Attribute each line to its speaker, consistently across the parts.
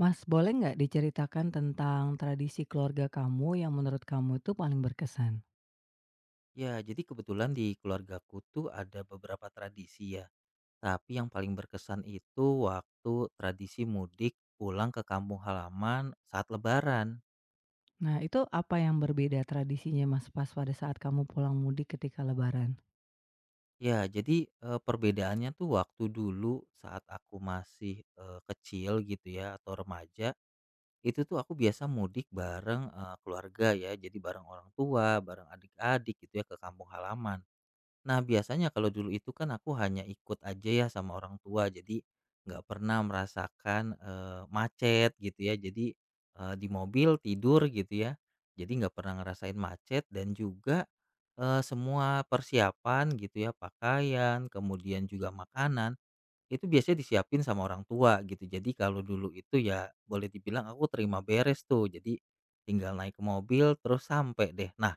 Speaker 1: Mas, boleh nggak diceritakan tentang tradisi keluarga kamu yang menurut kamu itu paling berkesan?
Speaker 2: Ya, jadi kebetulan di keluargaku tuh ada beberapa tradisi ya. Tapi yang paling berkesan itu waktu tradisi mudik pulang ke kampung halaman saat Lebaran.
Speaker 1: Nah, itu apa yang berbeda tradisinya Mas pas pada saat kamu pulang mudik ketika lebaran?
Speaker 2: Ya, jadi perbedaannya tuh waktu dulu saat aku masih kecil gitu ya atau remaja, itu tuh aku biasa mudik bareng keluarga ya. Jadi bareng orang tua, bareng adik-adik gitu ya ke kampung halaman. Nah, biasanya kalau dulu itu kan aku hanya ikut aja ya sama orang tua, jadi nggak pernah merasakan, eee, macet gitu ya. Jadi, eee, di mobil tidur gitu ya, jadi nggak pernah ngerasain macet. Dan juga, eee, semua persiapan gitu ya, pakaian, kemudian juga makanan, itu biasanya disiapin sama orang tua gitu. Jadi kalau dulu itu ya boleh dibilang aku terima beres tuh, jadi tinggal naik ke mobil terus sampai deh. Nah,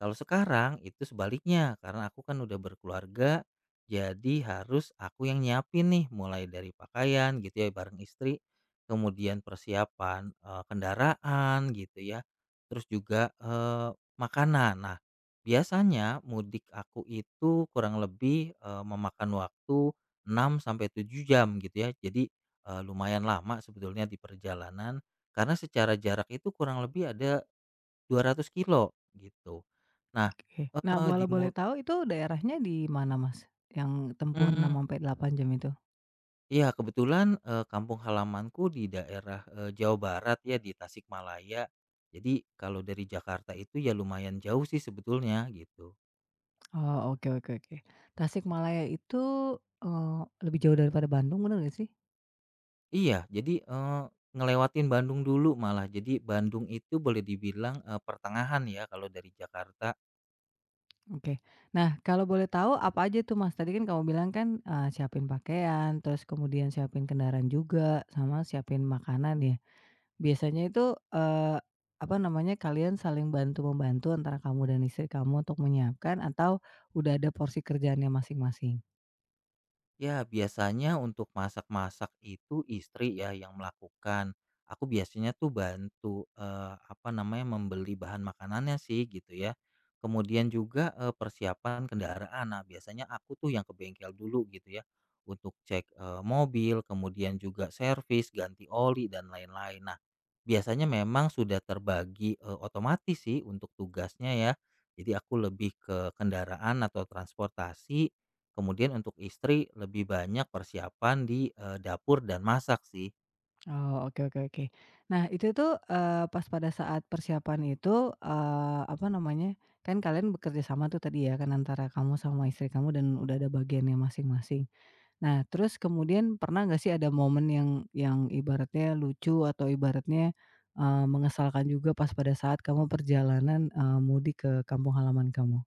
Speaker 2: kalau sekarang itu sebaliknya, karena aku kan udah berkeluarga, jadi harus aku yang nyiapin nih, mulai dari pakaian gitu ya bareng istri, kemudian persiapan kendaraan gitu ya, terus juga makanan. Nah, biasanya mudik aku itu kurang lebih memakan waktu 6 sampai 7 jam gitu ya. Jadi lumayan lama sebetulnya di perjalanan karena secara jarak itu kurang lebih ada 200 kilo gitu. Nah,
Speaker 1: Oke. Nah,
Speaker 2: eee, di
Speaker 1: walau
Speaker 2: mu
Speaker 1: boleh tahu itu daerahnya di mana Mas? Yang tempuh 6
Speaker 2: mmm,
Speaker 1: sampai 8 jam itu.
Speaker 2: iya kebetulan, kampung halamanku di daerah, eee, Jawa Barat, ya, di Tasikmalaya. Jadi kalau dari Jakarta itu ya lumayan jauh sih sebetulnya gitu.
Speaker 1: Oh, oke oke oke. Tasikmalaya itu eh, lebih jauh daripada Bandung benar nggak sih?
Speaker 2: Iya, jadi, eee, ngelewatin Bandung dulu malah. Jadi Bandung itu boleh dibilang, eee, pertengahan ya kalau dari Jakarta.
Speaker 1: Oke. Nah, kalau boleh tahu apa aja tuh Mas? Tadi kan kamu bilang kan, siapin pakaian, terus kemudian siapin kendaraan juga, sama siapin makanan ya. Biasanya itu, apa namanya, kalian saling bantu-membantu antara kamu dan istri kamu untuk menyiapkan atau udah ada porsi kerjaannya masing-masing?
Speaker 2: Ya, biasanya untuk masak-masak itu istri ya yang melakukan. Aku biasanya tuh bantu apa namanya, membeli bahan makanannya sih gitu ya. Kemudian juga persiapan kendaraan. Nah, biasanya aku tuh yang ke bengkel dulu gitu ya untuk cek mobil, kemudian juga servis, ganti oli dan lain-lain. Nah, biasanya memang sudah terbagi otomatis sih untuk tugasnya ya. Jadi aku lebih ke kendaraan atau transportasi. Kemudian untuk istri lebih banyak persiapan di, eee, dapur dan masak sih.
Speaker 1: Oh, oke oke oke. Nah, itu tuh, pas pada saat persiapan itu, apa namanya, kan kalian bekerja sama tuh tadi ya kan antara kamu sama istri kamu dan udah ada bagiannya masing-masing. Nah, terus kemudian pernah nggak sih ada momen yang ibaratnya lucu atau ibaratnya, mengesalkan juga pas pada saat kamu perjalanan, mudik ke kampung halaman kamu?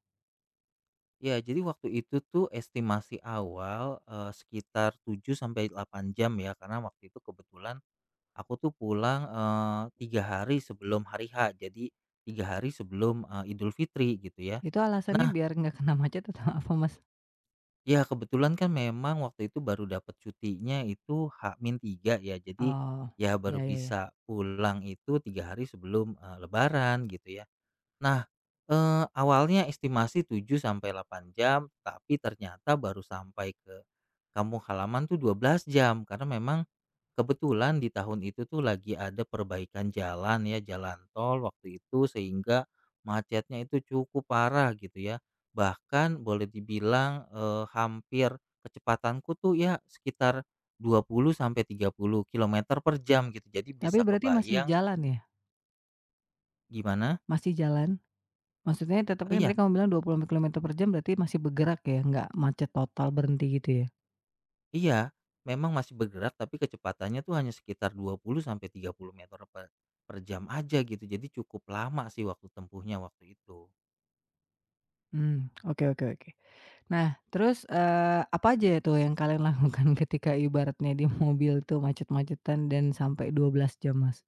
Speaker 2: Ya, jadi waktu itu tuh estimasi awal, eee, sekitar 7 sampai 8 jam ya, karena waktu itu kebetulan aku tuh pulang, eee, 3 hari sebelum hari H, jadi 3 hari sebelum, eee, Idul Fitri gitu ya.
Speaker 1: Itu alasannya
Speaker 2: Nah,
Speaker 1: biar nggak kena macet atau apa, Mas?
Speaker 2: ya kebetulan kan memang waktu itu baru dapat cutinya itu h min tiga ya, jadi
Speaker 1: Oh,
Speaker 2: ya baru
Speaker 1: ya ya ya.
Speaker 2: bisa pulang itu 3 hari sebelum, eee, lebaran gitu ya. Nah, awalnya estimasi 7 sampai 8 jam, tapi ternyata baru sampai ke kampung halaman tuh 12 jam, karena memang kebetulan di tahun itu tuh lagi ada perbaikan jalan ya, jalan tol waktu itu, sehingga macetnya itu cukup parah gitu ya. Bahkan boleh dibilang, eee, hampir kecepatanku tuh ya sekitar 20 sampai 30 kilometer per jam gitu. Jadi
Speaker 1: Tapi
Speaker 2: bisa
Speaker 1: berarti masih
Speaker 2: kebayang
Speaker 1: jalan ya?
Speaker 2: gimana?
Speaker 1: Masih jalan? Maksudnya tetep
Speaker 2: Oh,
Speaker 1: kan
Speaker 2: iya.
Speaker 1: tadi kamu bilang 20 kilometer per jam berarti masih bergerak ya, nggak macet total berhenti gitu ya?
Speaker 2: Iya, memang masih bergerak tapi kecepatannya tuh hanya sekitar 20 sampai 30 meter per jam aja gitu. Jadi cukup lama sih waktu tempuhnya waktu itu.
Speaker 1: Mmm, oke oke oke. Nah terus, apa aja tuh yang kalian lakukan ketika ibaratnya di mobil tuh macet-macetan dan sampai 12 jam, Mas?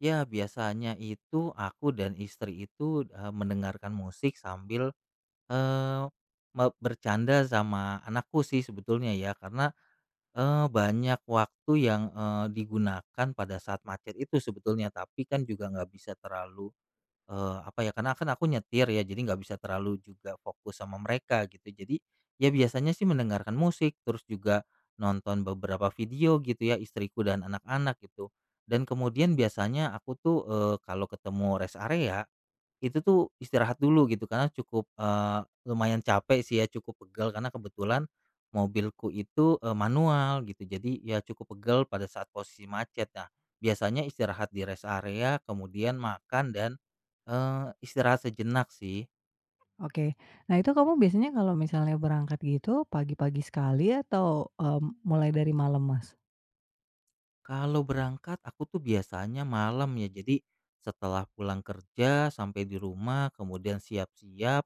Speaker 2: Ya, biasanya itu aku dan istri itu mendengarkan musik sambil eh, bercanda sama anakku sih sebetulnya ya, karena banyak waktu yang digunakan pada saat macet itu sebetulnya, tapi kan juga nggak bisa terlalu. Apa ya, karena kan aku nyetir ya, jadi nggak bisa terlalu juga fokus sama mereka gitu. Jadi, ya, biasanya sih mendengarkan musik, terus juga nonton beberapa video gitu ya, istriku dan anak-anak gitu. Dan kemudian biasanya aku tuh, eee, kalau ketemu rest area itu tuh istirahat dulu gitu, karena cukup, eee, lumayan capek sih ya, cukup pegal karena kebetulan mobilku itu, eee, manual gitu. Jadi ya cukup pegal pada saat posisi macet. Nah, biasanya istirahat di rest area, kemudian makan dan, eee, istirahat sejenak sih.
Speaker 1: Oke. Nah itu kamu biasanya kalau misalnya berangkat gitu pagi-pagi sekali atau, mmm, mulai dari malam, Mas?
Speaker 2: Kalau berangkat aku tuh biasanya malam ya. Jadi setelah pulang kerja sampai di rumah, kemudian siap-siap,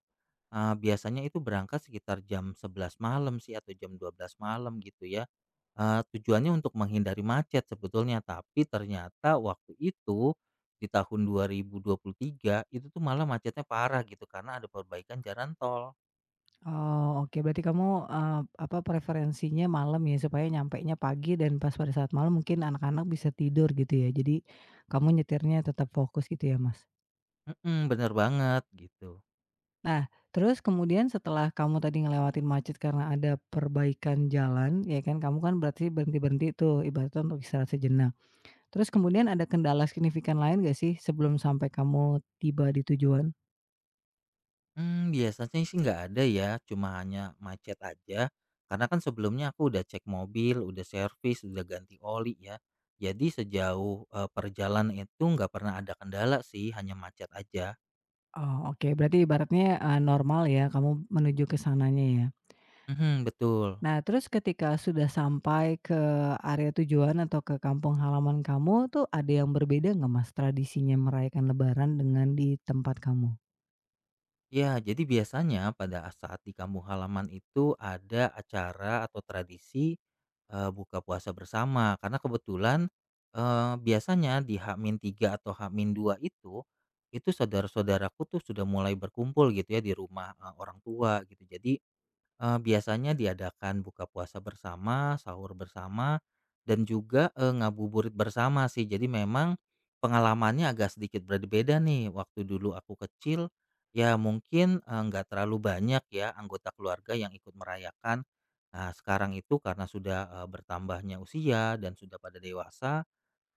Speaker 2: eee, biasanya itu berangkat sekitar jam 11 malam sih atau jam 12 malam gitu ya. Tujuannya untuk menghindari macet sebetulnya, tapi ternyata waktu itu di tahun 2023 itu tuh malah macetnya parah gitu karena ada perbaikan jalan tol.
Speaker 1: Oh, oke. Berarti kamu, apa, preferensinya malam ya, supaya nyampenya pagi dan pas pada saat malam mungkin anak-anak bisa tidur gitu ya. Jadi kamu nyetirnya tetap fokus gitu ya, Mas.
Speaker 2: Mhm, bener banget gitu.
Speaker 1: Nah, terus kemudian setelah kamu tadi ngelewatin macet karena ada perbaikan jalan, ya kan, kamu kan berarti berhenti-berhenti tuh ibaratnya untuk istirahat sejenak. Terus kemudian ada kendala signifikan lain nggak sih sebelum sampai kamu tiba di tujuan?
Speaker 2: Biasanya sih nggak ada ya, cuma hanya macet aja, karena kan sebelumnya aku udah cek mobil, udah servis, udah ganti oli ya. Jadi sejauh, eee, perjalanan itu nggak pernah ada kendala sih, hanya macet aja.
Speaker 1: Oh, oke. Berarti ibaratnya, normal ya kamu menuju ke sananya ya?
Speaker 2: Mhm, betul.
Speaker 1: Nah, terus ketika sudah sampai ke area tujuan atau ke kampung halaman kamu tuh ada yang berbeda nggak, Mas, tradisinya merayakan lebaran dengan di tempat kamu?
Speaker 2: Ya, jadi biasanya pada saat di kampung halaman itu ada acara atau tradisi buka puasa bersama, karena kebetulan biasanya di h tiga atau h dua itu saudara-saudaraku tuh sudah mulai berkumpul gitu ya di rumah orang tua gitu. Jadi biasanya diadakan buka puasa bersama, sahur bersama, dan juga, eee, ngabuburit bersama sih. Jadi memang pengalamannya agak sedikit berbeda nih. Waktu dulu aku kecil, ya mungkin, eee, nggak terlalu banyak ya anggota keluarga yang ikut merayakan. Nah, sekarang itu karena sudah, eee, bertambahnya usia dan sudah pada dewasa,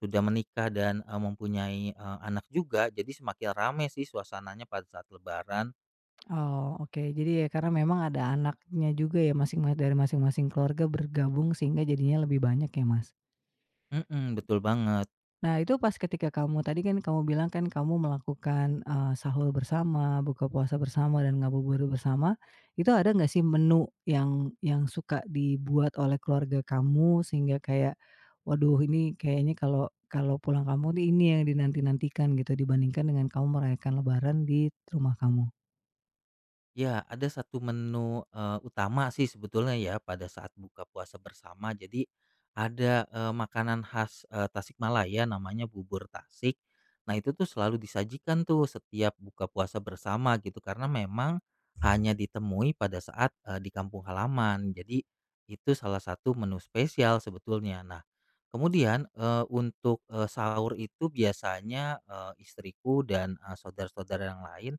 Speaker 2: sudah menikah dan, eee, mempunyai, eee, anak juga, jadi semakin rame sih suasananya pada saat lebaran.
Speaker 1: Oh, oke. Jadi ya karena memang ada anaknya juga ya masing masing dari masing-masing keluarga bergabung sehingga jadinya lebih banyak ya, Mas?
Speaker 2: Mhm, betul banget.
Speaker 1: Nah, itu pas ketika kamu tadi kan kamu bilang kan kamu melakukan, sahur bersama, buka puasa bersama, dan ngabuburit bersama, itu ada nggak sih menu yang suka dibuat oleh keluarga kamu sehingga kayak, "Waduh ini kayaknya kalau kalau pulang kamu nih ini yang dinanti-nantikan," gitu dibandingkan dengan kamu merayakan lebaran di rumah kamu?
Speaker 2: Ya, ada satu menu, eee, utama sih sebetulnya ya pada saat buka puasa bersama. Jadi ada, eee, makanan khas, eee, Tasikmalaya, namanya bubur Tasik. Nah, itu tuh selalu disajikan tuh setiap buka puasa bersama gitu, karena memang hanya ditemui pada saat, eee, di kampung halaman. Jadi itu salah satu menu spesial sebetulnya. Nah, kemudian, eee, untuk, eee, sahur itu biasanya, eee, istriku dan, eee, saudara-saudara yang lain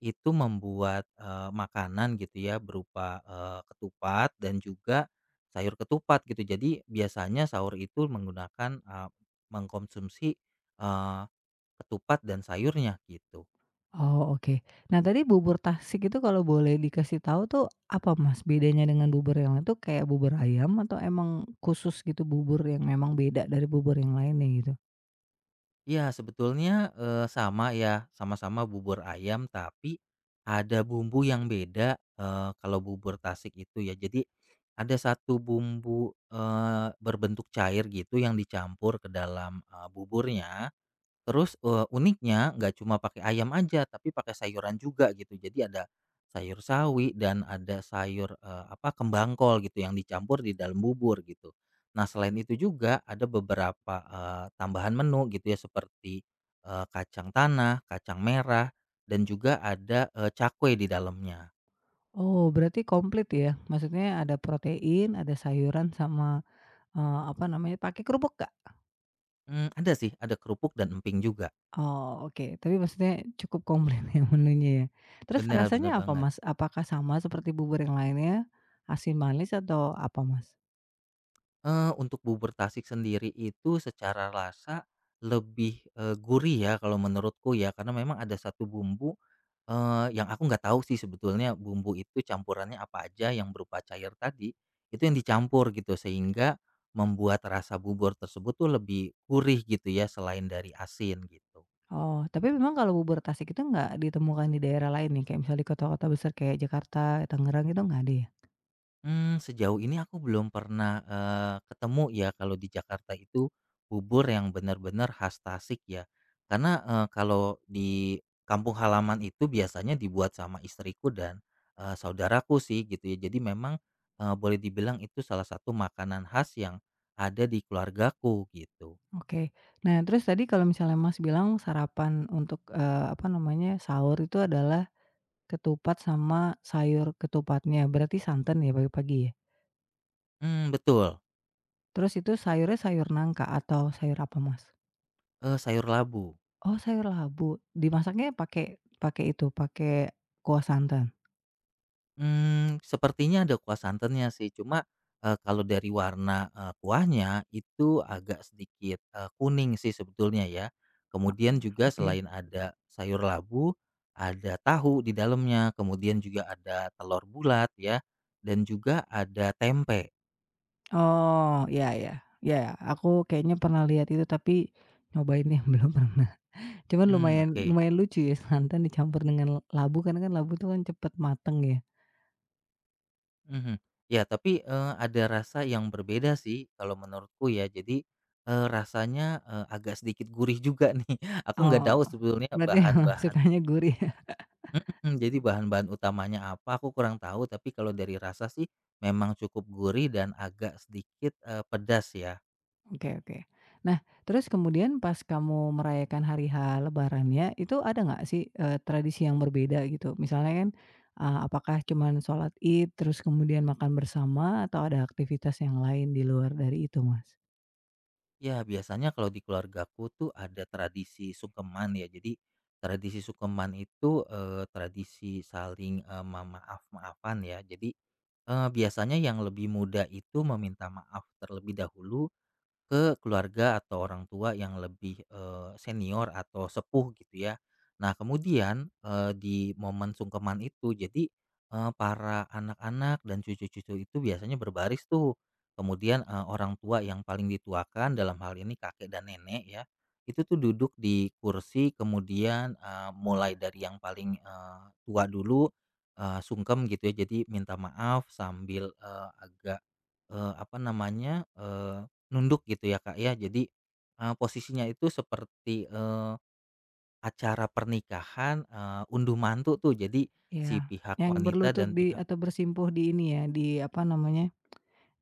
Speaker 2: itu membuat, eee, makanan gitu ya, berupa, eee, ketupat dan juga sayur ketupat gitu. Jadi biasanya sahur itu menggunakan, eee, mengkonsumsi, eee, ketupat dan sayurnya gitu.
Speaker 1: Oh, oke. Nah, tadi bubur Tasik itu kalau boleh dikasih tahu tuh apa, Mas, bedanya dengan bubur yang lain tuh kayak bubur ayam atau emang khusus gitu bubur yang memang beda dari bubur yang lainnya gitu?
Speaker 2: Ya sebetulnya, eee, sama ya, sama-sama bubur ayam, tapi ada bumbu yang beda, eee, kalau bubur Tasik itu ya. Jadi ada satu bumbu, eee, berbentuk cair gitu yang dicampur ke dalam, eee, buburnya. Terus, eee, uniknya nggak cuma pakai ayam aja, tapi pakai sayuran juga gitu. Jadi ada sayur sawi dan ada sayur, eee, apa, kembang kol gitu yang dicampur di dalam bubur gitu. Nah, selain itu juga ada beberapa, eee, tambahan menu gitu ya, seperti, eee, kacang tanah, kacang merah, dan juga ada, eee, cakwe di dalamnya.
Speaker 1: Oh, berarti komplit ya? Maksudnya ada protein, ada sayuran sama, apa namanya, pakai kerupuk nggak?
Speaker 2: Ada sih, ada kerupuk dan emping juga.
Speaker 1: Oh, oke. Tapi maksudnya cukup komplit ya menunya ya. Terus
Speaker 2: Bener bener
Speaker 1: rasanya apa,
Speaker 2: banget.
Speaker 1: Mas? Apakah sama seperti bubur yang lainnya, asin manis atau apa, Mas?
Speaker 2: Untuk bubur Tasik sendiri itu secara rasa lebih, eee, gurih ya kalau menurutku ya, karena memang ada satu bumbu, eee, yang aku nggak tahu sih sebetulnya bumbu itu campurannya apa aja, yang berupa cair tadi, itu yang dicampur gitu sehingga membuat rasa bubur tersebut tuh lebih gurih gitu ya, selain dari asin gitu.
Speaker 1: Oh, tapi memang kalau bubur Tasik itu nggak ditemukan di daerah lain nih, kayak misalnya di kota-kota besar kayak Jakarta, Tangerang itu nggak ada ya?
Speaker 2: Sejauh ini aku belum pernah, eee, ketemu ya kalau di Jakarta itu bubur yang benar-benar khas Tasik ya. Karena, eee, kalau di kampung halaman itu biasanya dibuat sama istriku dan, eee, saudaraku sih gitu ya. Jadi memang, eee, boleh dibilang itu salah satu makanan khas yang ada di keluargaku gitu.
Speaker 1: Oke. Nah, terus tadi kalau misalnya Mas bilang sarapan untuk, apa namanya, sahur itu adalah ketupat sama sayur ketupatnya, berarti santan ya pagi-pagi ya?
Speaker 2: Mmm, betul,
Speaker 1: Terus itu sayurnya sayur nangka atau sayur apa, Mas?
Speaker 2: eee, sayur labu.
Speaker 1: Oh, sayur labu, dimasaknya pakai pakai itu, pakai kuah santan?
Speaker 2: Sepertinya ada kuah santannya sih, cuma, eee, kalau dari warna, eee, kuahnya itu agak sedikit, eee, kuning sih sebetulnya ya. Kemudian juga
Speaker 1: Oke.
Speaker 2: selain ada sayur labu, ada tahu di dalamnya, kemudian juga ada telur bulat ya, dan juga ada tempe.
Speaker 1: Oh, iya ya ya aku kayaknya pernah lihat itu tapi nyobainnya belum pernah. Cuman
Speaker 2: Hmm,
Speaker 1: lumayan
Speaker 2: oke.
Speaker 1: lumayan lucu ya santan dicampur dengan labu karena kan labu tuh kan cepet mateng ya.
Speaker 2: Mhm. Ya tapi, eee, ada rasa yang berbeda sih kalau menurutku ya. Jadi, eee, rasanya, eee, agak sedikit gurih juga nih. Aku nggak
Speaker 1: Oh,
Speaker 2: tahu sebetulnya
Speaker 1: berarti emang
Speaker 2: bahan-bahan.
Speaker 1: sukanya gurih
Speaker 2: Mhm, jadi bahan-bahan utamanya apa aku kurang tahu, tapi kalau dari rasa sih memang cukup gurih dan agak sedikit, eee, pedas ya.
Speaker 1: Oke oke. Nah, terus kemudian pas kamu merayakan hari H lebarannya itu ada nggak sih, tradisi yang berbeda gitu? Misalnya kan, apakah cuman sholat Id terus kemudian makan bersama atau ada aktivitas yang lain di luar dari itu, Mas?
Speaker 2: Ya, biasanya kalau di keluargaku tuh ada tradisi sungkeman ya. Jadi tradisi sungkeman itu, eee, tradisi saling, eee, me maaf-maafan ya. Jadi, eee, biasanya yang lebih muda itu meminta maaf terlebih dahulu ke keluarga atau orang tua yang lebih, eee, senior atau sepuh gitu ya. Nah, kemudian, eee, di momen sungkeman itu jadi, eee, para anak-anak dan cucu-cucu itu biasanya berbaris tuh. Kemudian, eee, orang tua yang paling dituakan, dalam hal ini kakek dan nenek ya, itu tuh duduk di kursi. Kemudian, eee, mulai dari yang paling, eee, tua dulu, eee, sungkem gitu ya, jadi minta maaf sambil, eee, agak, eee, apa namanya, nunduk gitu ya, Kak, ya. Jadi, eee, posisinya itu seperti, eee, acara pernikahan, eee, unduh mantu tuh. Jadi
Speaker 1: Iya,
Speaker 2: si pihak
Speaker 1: yang
Speaker 2: wanita
Speaker 1: berlutut
Speaker 2: dan
Speaker 1: di
Speaker 2: pihak
Speaker 1: atau bersimpuh di ini ya, di apa namanya,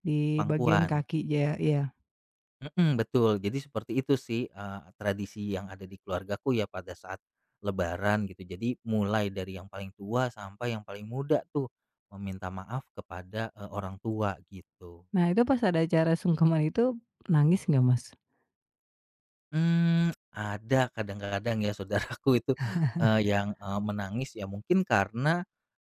Speaker 1: di bagian
Speaker 2: pangkuan.
Speaker 1: kaki ya, iya.
Speaker 2: Mhm, betul. Jadi seperti itu sih, eee, tradisi yang ada di keluargaku ya pada saat lebaran gitu. Jadi mulai dari yang paling tua sampai yang paling muda tuh meminta maaf kepada, eee, orang tua gitu.
Speaker 1: Nah itu pas ada acara sungkeman itu nangis nggak Mas?
Speaker 2: Ada kadang-kadang ya saudaraku itu, eee, yang, eee, menangis ya, mungkin karena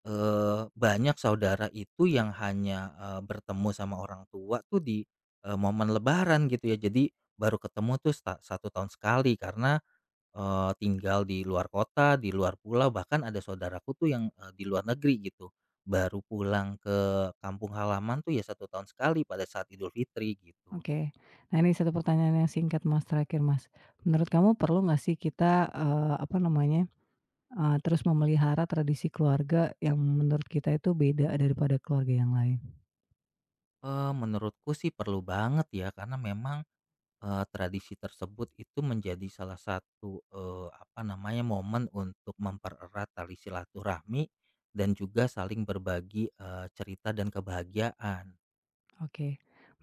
Speaker 2: Banyak saudara itu yang hanya, eee, bertemu sama orang tua tuh di, eee, momen lebaran gitu ya. Jadi baru ketemu tuh 1 tahun sekali, karena, eee, tinggal di luar kota, di luar pulau, bahkan ada saudaraku tuh yang, eee, di luar negeri gitu. Baru pulang ke kampung halaman tuh ya 1 tahun sekali pada saat Idul Fitri gitu.
Speaker 1: Oke. Nah ini satu pertanyaan yang singkat Mas, terakhir Mas. Menurut kamu perlu nggak sih kita, apa namanya, terus memelihara tradisi keluarga yang menurut kita itu beda daripada keluarga yang lain?
Speaker 2: Menurutku sih perlu banget ya, karena memang tradisi tersebut itu menjadi salah satu, eee, apa namanya, momen untuk mempererat tali silaturahmi dan juga saling berbagi, eee, cerita dan kebahagiaan.
Speaker 1: Oke.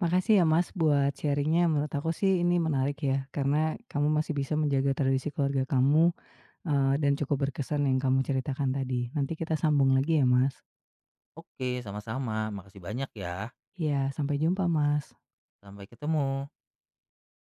Speaker 1: Makasih ya Mas buat sharing-nya, menurut aku sih ini menarik ya, karena kamu masih bisa menjaga tradisi keluarga kamu. Dan cukup berkesan yang kamu ceritakan tadi. Nanti kita sambung lagi ya, Mas.
Speaker 2: Oke, sama-sama. Makasih banyak ya.
Speaker 1: Iya, sampai jumpa, Mas.
Speaker 2: Sampai ketemu.